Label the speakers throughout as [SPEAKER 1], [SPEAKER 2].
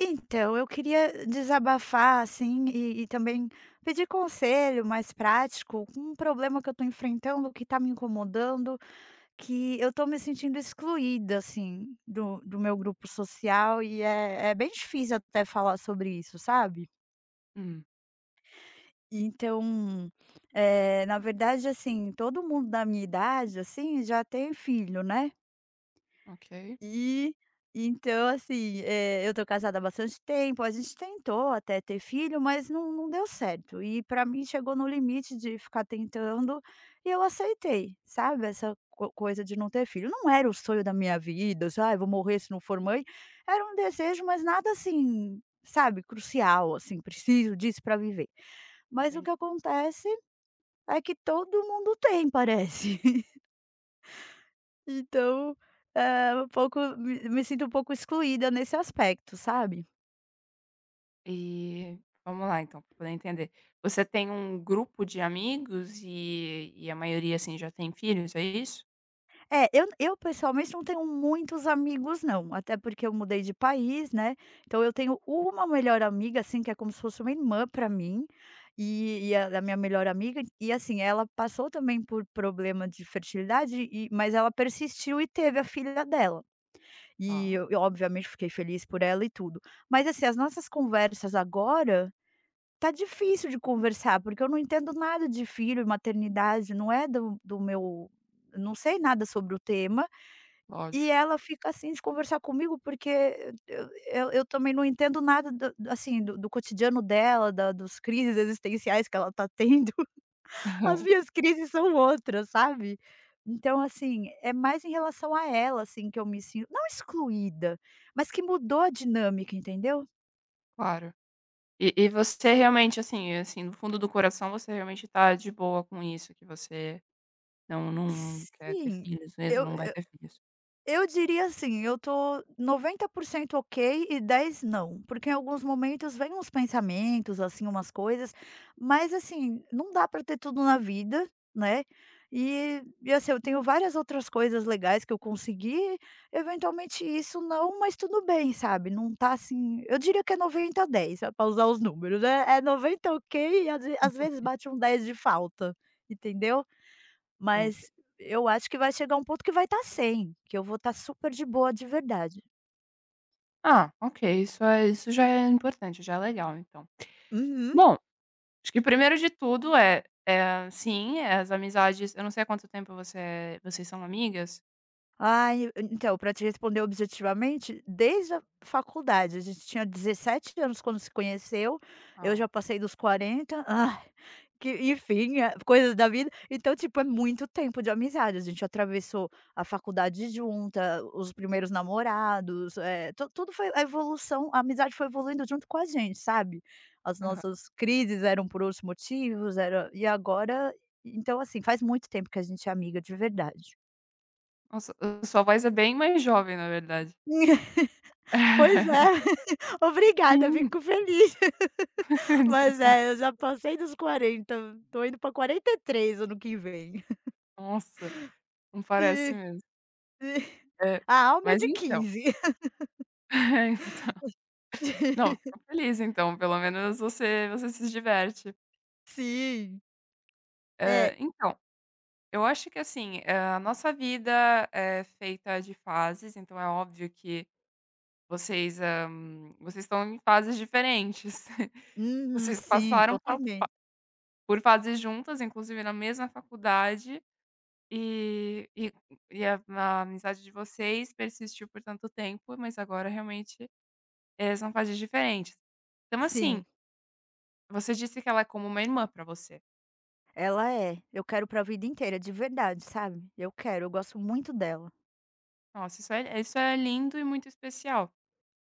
[SPEAKER 1] Então, eu queria desabafar, assim, e também pedir conselho mais prático com um problema que eu tô enfrentando, que tá me incomodando, que eu tô me sentindo excluída, assim, do meu grupo social e é bem difícil até falar sobre isso, sabe.
[SPEAKER 2] Hum,
[SPEAKER 1] Então, na verdade, assim, todo mundo da minha idade, assim, já tem filho, né.
[SPEAKER 2] ok.
[SPEAKER 1] E então, assim, eu tô casada há bastante tempo, a gente tentou até ter filho, mas não deu certo. E pra mim chegou no limite de ficar tentando e eu aceitei, sabe, essa co coisa de não ter filho. Não era o sonho da minha vida, sabe vou morrer se não for mãe", era um desejo, mas nada assim, sabe, crucial, assim, "Preciso disso pra viver". Mas o
[SPEAKER 2] Entendi.
[SPEAKER 1] que acontece é que todo mundo tem, parece. Então, um pouco me sinto um pouco excluída nesse aspecto, sabe.
[SPEAKER 2] E vamos lá então, para poder entender. Você tem um grupo de amigos e a maioria, assim, já tem filhos, é isso?
[SPEAKER 1] É, eu pessoalmente não tenho muitos amigos não, até porque eu mudei de país, né, então eu tenho uma melhor amiga, assim, que é como se fosse uma irmã para mim, e ela é a minha melhor amiga e, assim, ela passou também por problema de fertilidade e mas ela persistiu e teve a filha dela. E
[SPEAKER 2] Ah,
[SPEAKER 1] eu obviamente fiquei feliz por ela e tudo. Mas, assim, as nossas conversas agora tá difícil de conversar, porque eu não entendo nada de filho e maternidade, não é do meu, não sei nada sobre o tema, e
[SPEAKER 2] lógico.
[SPEAKER 1] ela fica assim de conversar comigo, porque eu também não entendo nada do assim, do cotidiano dela, da dos crises existenciais que ela tá tendo, as minhas crises são outras, sabe. Então, assim, é mais em relação a ela, assim, que eu me sinto não excluída, mas que mudou a dinâmica, entendeu.
[SPEAKER 2] Claro. E você realmente, assim é, assim, no fundo do coração, você realmente tá de boa com isso, que você não quer ter
[SPEAKER 1] Sim,
[SPEAKER 2] filhos mesmo,
[SPEAKER 1] eu
[SPEAKER 2] não vai ter filhos.
[SPEAKER 1] eu diria assim, eu tô 90% ok e 10 não, porque em alguns momentos vêm uns pensamentos, assim, umas coisas, mas assim, não dá para ter tudo na vida, né? E assim, eu tenho várias outras coisas legais que eu consegui, eventualmente isso não, mas tudo bem, sabe? Não tá assim, eu diria que é 90 a 10, pra usar os números, né? É 90 ok e às vezes bate um 10 de falta, entendeu?
[SPEAKER 2] Entendi.
[SPEAKER 1] Mas eu acho que vai chegar um ponto que vai estar sem, que eu vou estar super de boa de verdade.
[SPEAKER 2] Ah, ok, isso já é importante, já é legal então.
[SPEAKER 1] Uhum.
[SPEAKER 2] Bom, acho que primeiro de tudo é, sim, é as amizades, eu não sei há quanto tempo você é vocês são amigas.
[SPEAKER 1] Ai, então, para te responder objetivamente, desde a faculdade, a gente tinha 17 anos quando se conheceu, eu
[SPEAKER 2] Ah,
[SPEAKER 1] já passei dos 40, ai, que enfim, coisas da vida. Então, tipo, é muito tempo de amizade, a gente atravessou a faculdade junta, os primeiros namorados, eh, tu tudo foi a evolução, a amizade foi evoluindo junto com a gente, sabe. As
[SPEAKER 2] aham.
[SPEAKER 1] nossas crises eram por outros motivos, era e agora então, assim, faz muito tempo que a gente é amiga de verdade.
[SPEAKER 2] Nossa, a sua voz é bem mais jovem, na verdade.
[SPEAKER 1] Pois é, obrigada,
[SPEAKER 2] Sim,
[SPEAKER 1] fico feliz.
[SPEAKER 2] de
[SPEAKER 1] Mas
[SPEAKER 2] nada.
[SPEAKER 1] é, eu já passei dos quarenta, tô indo pra 43 ano que vem.
[SPEAKER 2] Nossa, não parece
[SPEAKER 1] Sim,
[SPEAKER 2] mesmo.
[SPEAKER 1] sim.
[SPEAKER 2] É,
[SPEAKER 1] A alma é
[SPEAKER 2] mas
[SPEAKER 1] de
[SPEAKER 2] então
[SPEAKER 1] 15.
[SPEAKER 2] então não, fico feliz então, pelo menos você se diverte.
[SPEAKER 1] Sim, é.
[SPEAKER 2] Eh, então, eu acho que assim, eh, a nossa vida é feita de fases, então é óbvio que vocês, hã, vocês estão em fases diferentes.
[SPEAKER 1] Uhum,
[SPEAKER 2] Vocês
[SPEAKER 1] sim,
[SPEAKER 2] passaram
[SPEAKER 1] totalmente.
[SPEAKER 2] por fases juntas, inclusive na mesma faculdade, e e a amizade de vocês persistiu por tanto tempo, mas agora realmente, eh, são fases diferentes. Então, assim,
[SPEAKER 1] Sim,
[SPEAKER 2] você disse que ela é como uma irmã pra você.
[SPEAKER 1] ela é. Eu quero pra vida inteira, de verdade, sabe. Eu quero, eu gosto muito dela.
[SPEAKER 2] Nossa, isso é lindo e muito especial.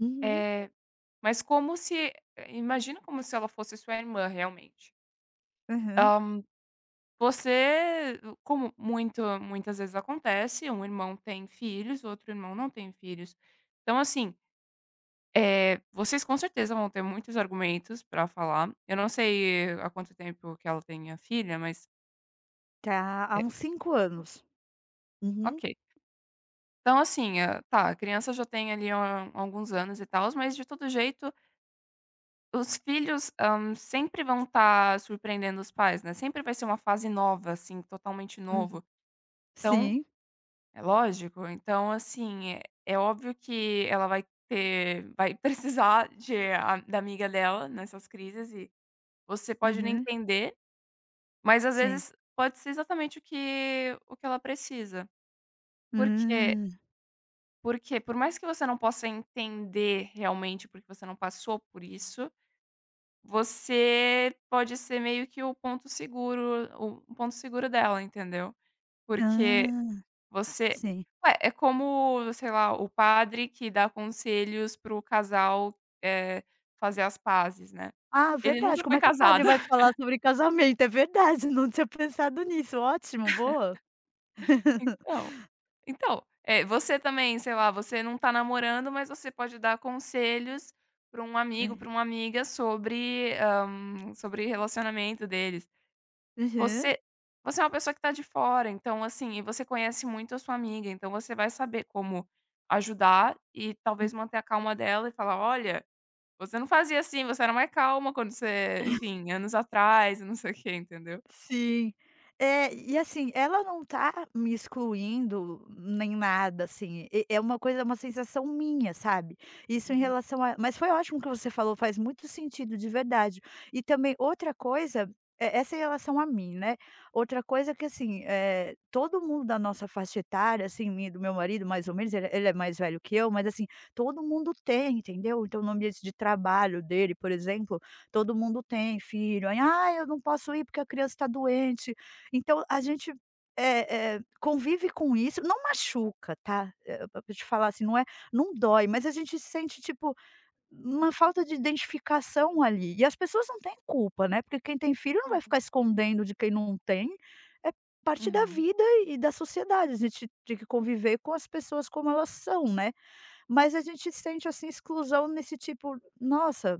[SPEAKER 1] Uhum,
[SPEAKER 2] Eh, mas como se imagina como se ela fosse sua irmã realmente.
[SPEAKER 1] aham.
[SPEAKER 2] Você como muito muitas vezes acontece, um irmão tem filhos, o outro irmão não tem filhos. Então assim, eh, vocês com certeza vão ter muitos argumentos pra falar. Eu não sei há quanto tempo que ela tem a filha, mas
[SPEAKER 1] Tá há
[SPEAKER 2] é.
[SPEAKER 1] uns 5 anos. Uhum,
[SPEAKER 2] Ok. Então assim, hã, tá, a criança já tem ali a alguns anos e tal, mas de todo jeito os filhos, hã, sempre vão estar surpreendendo os pais, né, sempre vai ser uma fase nova, assim, totalmente
[SPEAKER 1] uhum.
[SPEAKER 2] novo. Então
[SPEAKER 1] Sim,
[SPEAKER 2] é lógico. Então, assim, é óbvio que ela vai ter vai precisar de a da amiga dela nessas crises e você pode não
[SPEAKER 1] uhum,
[SPEAKER 2] entender, mas às
[SPEAKER 1] sim.
[SPEAKER 2] vezes pode ser exatamente o que ela precisa. Porque
[SPEAKER 1] Hum.
[SPEAKER 2] porque por mais que você não possa entender realmente, porque você não passou por isso, você pode ser meio que o ponto seguro, o ponto seguro dela, entendeu. Porque
[SPEAKER 1] Ah,
[SPEAKER 2] você
[SPEAKER 1] sim.
[SPEAKER 2] ué, é como, sei lá, o padre que dá conselhos para o casal, eh, fazer as pazes, né.
[SPEAKER 1] Ah,
[SPEAKER 2] Ele
[SPEAKER 1] verdade,
[SPEAKER 2] nunca
[SPEAKER 1] como
[SPEAKER 2] foi
[SPEAKER 1] é que o padre
[SPEAKER 2] casado.
[SPEAKER 1] vai falar sobre casamento? É verdade, não tinha pensado nisso, ótimo, boa.
[SPEAKER 2] Então, então, eh, você também, sei lá, você não tá namorando, mas você pode dar conselhos para um amigo, para uma amiga sobre, hã, sobre relacionamento deles.
[SPEAKER 1] Uhum.
[SPEAKER 2] Você você é uma pessoa que tá de fora, então, assim, e você conhece muito a sua amiga, então você vai saber como ajudar e talvez manter a calma dela e falar: "Olha, você não fazia assim, você era mais calma quando você enfim, anos atrás não sei o quê, entendeu?"
[SPEAKER 1] Sim. É, e assim, ela não tá me excluindo nem nada, assim, e é uma coisa, uma sensação minha, sabe. Isso em
[SPEAKER 2] Uhum.
[SPEAKER 1] relação a mas foi ótimo que você falou, faz muito sentido, de verdade. E também outra coisa, essa em relação a mim, né, outra coisa que assim, é todo mundo da nossa faixa etária, assim, minha e do meu marido mais ou menos, ele é mais velho que eu, mas assim, todo mundo tem, entendeu. Então no ambiente de trabalho dele, por exemplo, todo mundo tem filho, aí: "Ah, eu não posso ir porque a criança está doente". Então a gente, convive com isso, não machuca, tá, pra te falar assim, não é não dói, mas a gente sente, tipo, uma falta de identificação ali, e as pessoas não têm culpa, né, porque quem tem filho não
[SPEAKER 2] Não.
[SPEAKER 1] vai ficar escondendo de quem não tem, é parte da
[SPEAKER 2] Uhum.
[SPEAKER 1] vida e da sociedade, a gente tem que conviver com as pessoas como elas são, né. Mas a gente sente, assim, exclusão nesse tipo: "Nossa,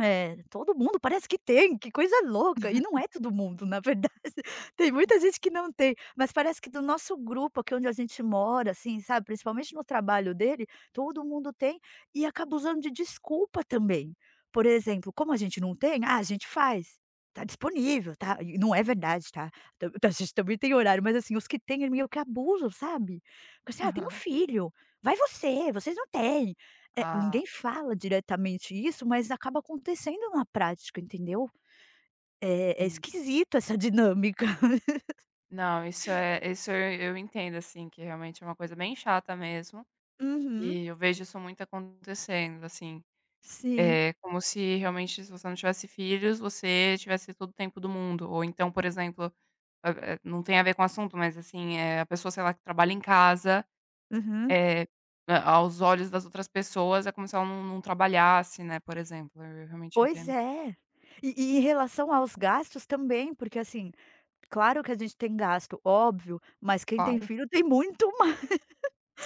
[SPEAKER 1] é, todo mundo parece que tem, que coisa louca, e não é todo mundo na verdade, tem muita gente que não tem, mas parece que do nosso grupo aqui onde a gente mora, assim, sabe, principalmente no trabalho dele, todo mundo tem, e acaba usando de desculpa também. Por exemplo, como a gente não tem, ah, a gente faz, tá disponível, tá, e não é verdade tá, tam a gente também tem horário, mas assim, os que têm é meio que abusam, sabe. Porque assim: "Ah, tenho
[SPEAKER 2] Aham.
[SPEAKER 1] filho, vai você, vocês não têm". É,
[SPEAKER 2] Ah,
[SPEAKER 1] ninguém fala diretamente isso, mas acaba acontecendo na prática, entendeu? É
[SPEAKER 2] sim.
[SPEAKER 1] esquisito essa dinâmica.
[SPEAKER 2] Não, isso é isso eu entendo, assim, que realmente é uma coisa bem chata mesmo,
[SPEAKER 1] Uhum,
[SPEAKER 2] e eu vejo isso muito acontecendo, assim.
[SPEAKER 1] sim.
[SPEAKER 2] É como se realmente se você não tivesse filhos, você tivesse todo o tempo do mundo, ou então, por exemplo, eh eh, não tem a ver com o assunto, mas assim, eh, a pessoa, sei lá, que trabalha em casa
[SPEAKER 1] Uhum.
[SPEAKER 2] é, a aos olhos das outras pessoas é como se ela não trabalhasse, né, por exemplo, eu realmente
[SPEAKER 1] Pois
[SPEAKER 2] entendo,
[SPEAKER 1] é. E em relação aos gastos também, porque, assim, claro que a gente tem gasto, óbvio, mas quem tem
[SPEAKER 2] claro.
[SPEAKER 1] filho tem muito.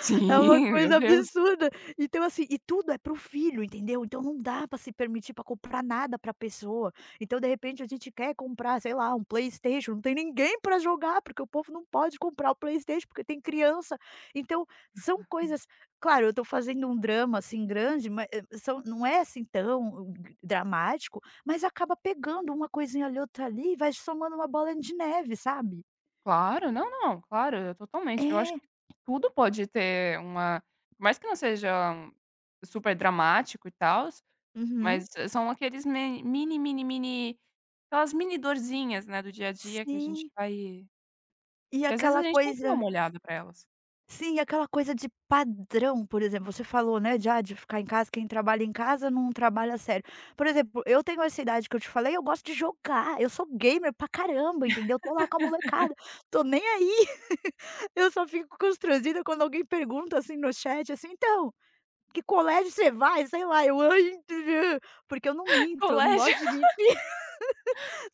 [SPEAKER 2] Sim,
[SPEAKER 1] É uma
[SPEAKER 2] meu
[SPEAKER 1] coisa
[SPEAKER 2] Deus.
[SPEAKER 1] absurda. Então, assim, e tudo é para o filho, entendeu? Então não dá pra se permitir pra comprar nada pra pessoa. Então, de repente, a gente quer comprar, sei lá, um PlayStation, não tem ninguém pra jogar, porque o povo não pode comprar o PlayStation, porque tem criança. Então, são coisas, claro, eu tô fazendo um drama, assim, grande, mas são não é, assim, tão g dramático, mas acaba pegando uma coisinha ali, outra ali, e vai somando uma bola de neve, sabe?
[SPEAKER 2] Claro, não, não, claro, eu totalmente eu acho
[SPEAKER 1] É.
[SPEAKER 2] que tudo pode ter uma por mais que não seja um super dramático e tal,
[SPEAKER 1] Uhum.
[SPEAKER 2] mas eh, são aqueles me mini, mini, mini, aquelas mini dorzinhas, né, do dia a dia que a gente
[SPEAKER 1] Sim.
[SPEAKER 2] vai
[SPEAKER 1] E
[SPEAKER 2] que às vezes a
[SPEAKER 1] aquela
[SPEAKER 2] gente tem que
[SPEAKER 1] coisa,
[SPEAKER 2] dar uma olhada pra elas.
[SPEAKER 1] sim, aquela coisa de padrão, por exemplo, você falou, né, de, ah, de ficar em casa, quem trabalha em casa não trabalha a sério. Por exemplo, eu tenho essa idade que eu te falei, eu gosto de jogar, eu sou gamer pra caramba, entendeu? Tô lá com a molecada, tô nem aí, eu só fico constrangida quando alguém pergunta, assim, no chat, assim: "Então, que colégio você vai?", sei lá, eu: "Ai, porque eu não minto, eu não
[SPEAKER 2] Colégio.
[SPEAKER 1] gosto de mentir.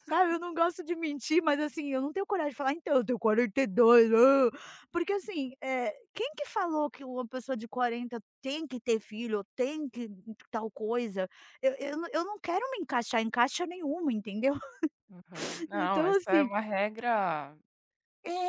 [SPEAKER 1] Sabe, eu não gosto de mentir, mas assim, eu não tenho coragem de falar: "Então, eu tenho 42, hã". Porque assim, quem que falou que uma pessoa de 40 tem que ter filho, ou tem que tal coisa? Eu não quero me encaixar em caixa nenhuma, entendeu?
[SPEAKER 2] Aham. Não,
[SPEAKER 1] Então
[SPEAKER 2] essa é
[SPEAKER 1] assim
[SPEAKER 2] uma regra,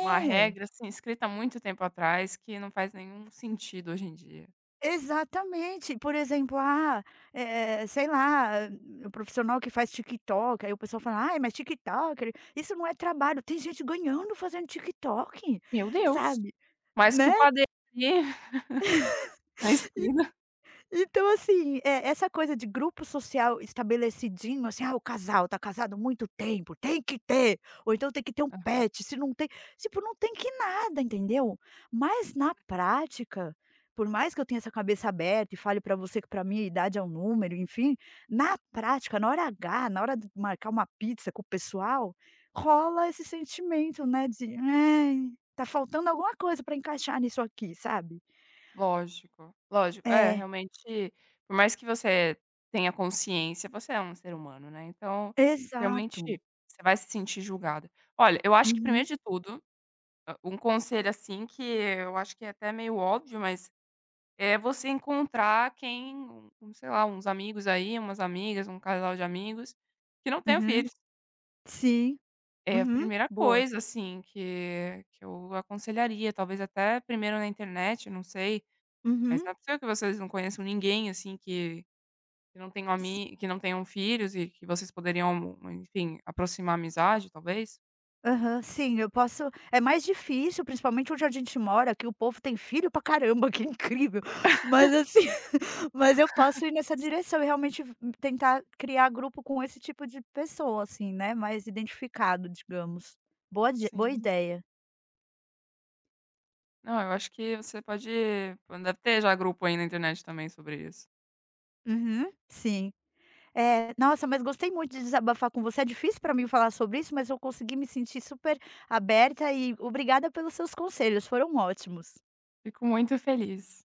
[SPEAKER 2] uma regra, assim, escrita há muito tempo atrás que não faz nenhum sentido hoje em dia.
[SPEAKER 1] exatamente. Por exemplo, ah, sei lá, o profissional que faz TikTok, aí o pessoal fala: "Ai, mas TikTok isso não é trabalho". Tem gente ganhando fazendo TikTok,
[SPEAKER 2] Meu Deus!
[SPEAKER 1] sabe,
[SPEAKER 2] Mais que
[SPEAKER 1] né?
[SPEAKER 2] o padeiro ali na esquina.
[SPEAKER 1] Então, assim, é, essa coisa de grupo social estabelecidinho, assim, ah, o casal tá casado há muito tempo, tem que ter, ou então tem que ter um pet, se não tem, tipo, não tem que nada, entendeu? Mas na prática, por mais que eu tenha essa cabeça aberta e fale pra você que pra minha idade é um número, enfim, na prática, na hora H, na hora de marcar uma pizza com o pessoal, rola esse sentimento, né, de, ai, tá faltando alguma coisa pra encaixar nisso aqui, sabe?
[SPEAKER 2] Lógico, lógico. É,
[SPEAKER 1] É,
[SPEAKER 2] realmente, por mais que você tenha consciência, você é um ser humano, né, então, realmente,
[SPEAKER 1] exato.
[SPEAKER 2] você vai se sentir julgada. Olha, eu acho que
[SPEAKER 1] Uhum.
[SPEAKER 2] primeiro de tudo, hã, um conselho, assim, que eu acho que é até meio óbvio, mas é você encontrar quem um um, sei lá, uns amigos aí, umas amigas, um casal de amigos que não tenham
[SPEAKER 1] Uhum.
[SPEAKER 2] filhos.
[SPEAKER 1] Sim.
[SPEAKER 2] É a
[SPEAKER 1] Uhum.
[SPEAKER 2] primeira
[SPEAKER 1] Boa.
[SPEAKER 2] coisa, assim, que eu aconselharia, talvez até primeiro na internet, não sei, mas
[SPEAKER 1] Uhum.
[SPEAKER 2] não é possível que vocês não conheçam ninguém, assim, que não tenham
[SPEAKER 1] S
[SPEAKER 2] ami que não tenham filhos e que vocês poderiam, enfim, aproximar a amizade, talvez?
[SPEAKER 1] Aham. Sim, eu posso, é mais difícil, principalmente onde a gente mora, que o povo tem filho pra caramba, que incrível. Mas assim, mas eu posso ir nessa direção e realmente v tentar criar grupo com esse tipo de pessoa, assim, né, mais identificado, digamos. Boa
[SPEAKER 2] Sim.
[SPEAKER 1] ideia.
[SPEAKER 2] Não, eu acho que você pode deve ter já grupo aí na internet também sobre isso.
[SPEAKER 1] Uhum. Sim. É, nossa, mas gostei muito de desabafar com você. É difícil para mim falar sobre isso, mas eu consegui me sentir super aberta e obrigada pelos seus conselhos, foram ótimos.
[SPEAKER 2] Fico muito feliz.